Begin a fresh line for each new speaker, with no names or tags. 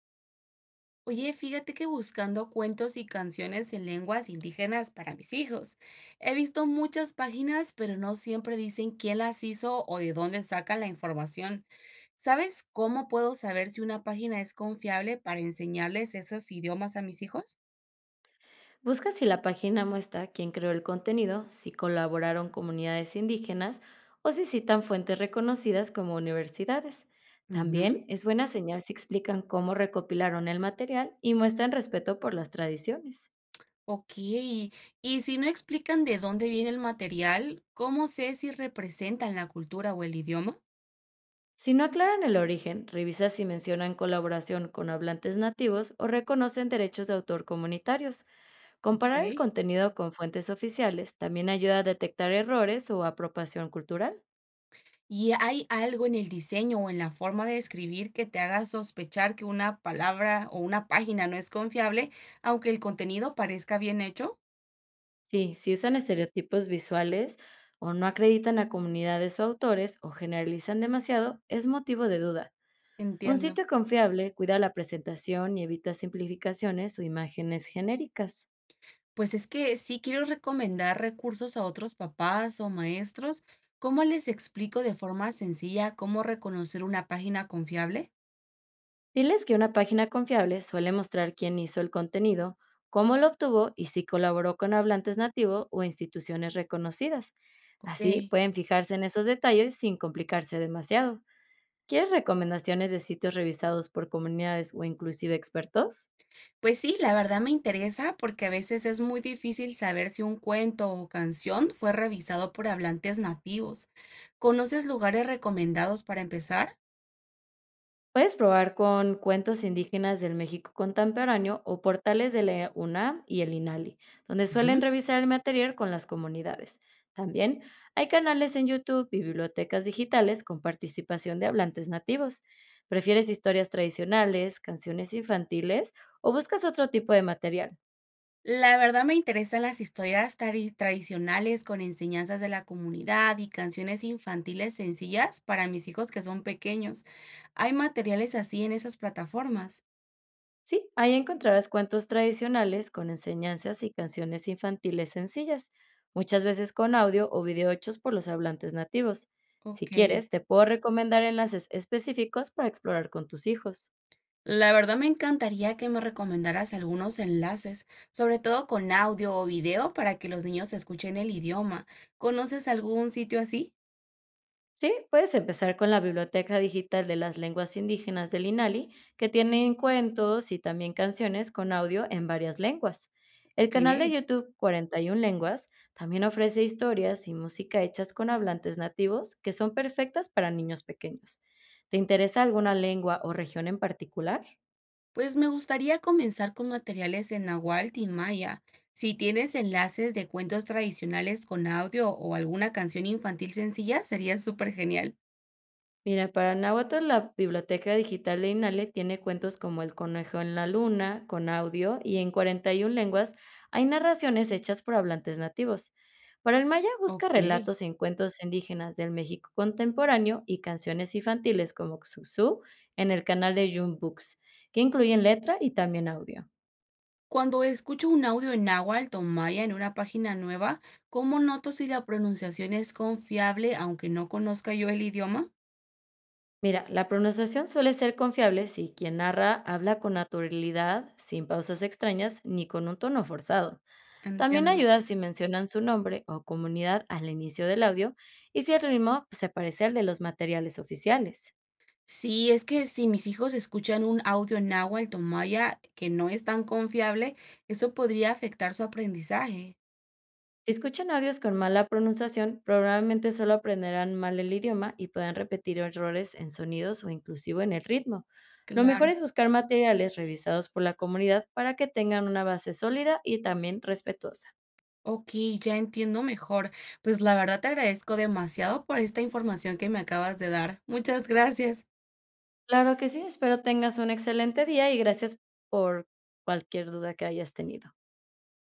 Oye, fíjate que buscando cuentos y canciones en lenguas indígenas para mis hijos, he visto muchas páginas, pero no siempre dicen quién las hizo o de dónde sacan la información. ¿Sabes cómo puedo saber si una página es confiable para enseñarles esos idiomas a mis hijos?
Busca si la página muestra quién creó el contenido, si colaboraron comunidades indígenas o si citan fuentes reconocidas como universidades.
Ujú.
También es buena señal si explican cómo recopilaron el material y muestran respeto por las tradiciones.
Ok, y si no explican de dónde viene el material, ¿cómo sé si representan la cultura o el idioma?
Si no aclaran el origen, revisa si mencionan colaboración con hablantes nativos o reconocen derechos de autor comunitarios. Comparar el
Ok.
contenido con fuentes oficiales también ayuda a detectar errores o apropiación cultural.
¿Y hay algo en el diseño o en la forma de escribir que te haga sospechar que una palabra o una página no es confiable, aunque el contenido parezca bien hecho?
Sí, si usan estereotipos visuales o no acreditan a comunidades o autores o generalizan demasiado, es motivo de duda. Un
Entiendo.
sitio confiable cuida la presentación y evita simplificaciones o imágenes genéricas.
Pues es que sí quiero recomendar recursos a otros papás o maestros. ¿Cómo les explico de forma sencilla cómo reconocer una página confiable?
Diles que una página confiable suele mostrar quién hizo el contenido, cómo lo obtuvo y si colaboró con hablantes nativos o instituciones reconocidas. Así
Ok.
pueden fijarse en esos detalles sin complicarse demasiado. ¿Quieres recomendaciones de sitios revisados por comunidades o inclusive expertos?
Pues sí, la verdad me interesa porque a veces es muy difícil saber si un cuento o canción fue revisado por hablantes nativos. ¿Conoces lugares recomendados para empezar?
Puedes probar con cuentos indígenas del México contemporáneo o portales de la UNAM y el INALI, donde suelen
Ujú.
revisar el material con las comunidades. También hay canales en YouTube y bibliotecas digitales con participación de hablantes nativos. ¿Prefieres historias tradicionales, canciones infantiles o buscas otro tipo de material?
La verdad me interesan las historias tradicionales con enseñanzas de la comunidad y canciones infantiles sencillas para mis hijos que son pequeños. ¿Hay materiales así en esas plataformas?
Sí, ahí encontrarás cuentos tradicionales con enseñanzas y canciones infantiles sencillas, muchas veces con audio o video hechos por los hablantes nativos. Si
Ok.
quieres, te puedo recomendar enlaces específicos para explorar con tus hijos.
La verdad me encantaría que me recomendaras algunos enlaces, sobre todo con audio o video para que los niños escuchen el idioma. ¿Conoces algún sitio así?
Sí, puedes empezar con la Biblioteca Digital de las Lenguas Indígenas del INALI, que tiene cuentos y también canciones con audio en varias lenguas. El canal de
Ok,
YouTube 41 Lenguas también ofrece historias y música hechas con hablantes nativos que son perfectas para niños pequeños. ¿Te interesa alguna lengua o región en particular?
pues me gustaría comenzar con materiales en náhuatl y maya. Si tienes enlaces de cuentos tradicionales con audio o alguna canción infantil sencilla, sería súper genial.
Mira, para Nahuatl, la biblioteca digital de INALE tiene cuentos como El conejo en la luna, con audio, y en 41 lenguas hay narraciones hechas por hablantes nativos. Para el maya, busca
Ok.
relatos en cuentos indígenas del México contemporáneo y canciones infantiles como Xuxu en el canal de June Books, que incluyen letra y también audio.
Cuando escucho un audio en náhuatl o maya en una página nueva, ¿cómo noto si la pronunciación es confiable aunque no conozca yo el idioma?
Mira, la pronunciación suele ser confiable si quien narra habla con naturalidad, sin pausas extrañas ni con un tono forzado. También
Entiendo.
ayuda si mencionan su nombre o comunidad al inicio del audio y si el ritmo se parece al de los materiales oficiales.
Sí, es que si mis hijos escuchan un audio en náhuatl o maya que no es tan confiable, eso podría afectar su aprendizaje.
Si escuchan audios con mala pronunciación, probablemente solo aprenderán mal el idioma y puedan repetir errores en sonidos o inclusive en el ritmo. Lo
Claro.
mejor es buscar materiales revisados por la comunidad para que tengan una base sólida y también respetuosa.
Ok, ya entiendo mejor. Pues la verdad te agradezco demasiado por esta información que me acabas de dar. Muchas gracias.
Claro que sí, espero tengas un excelente día y gracias por cualquier duda que hayas tenido.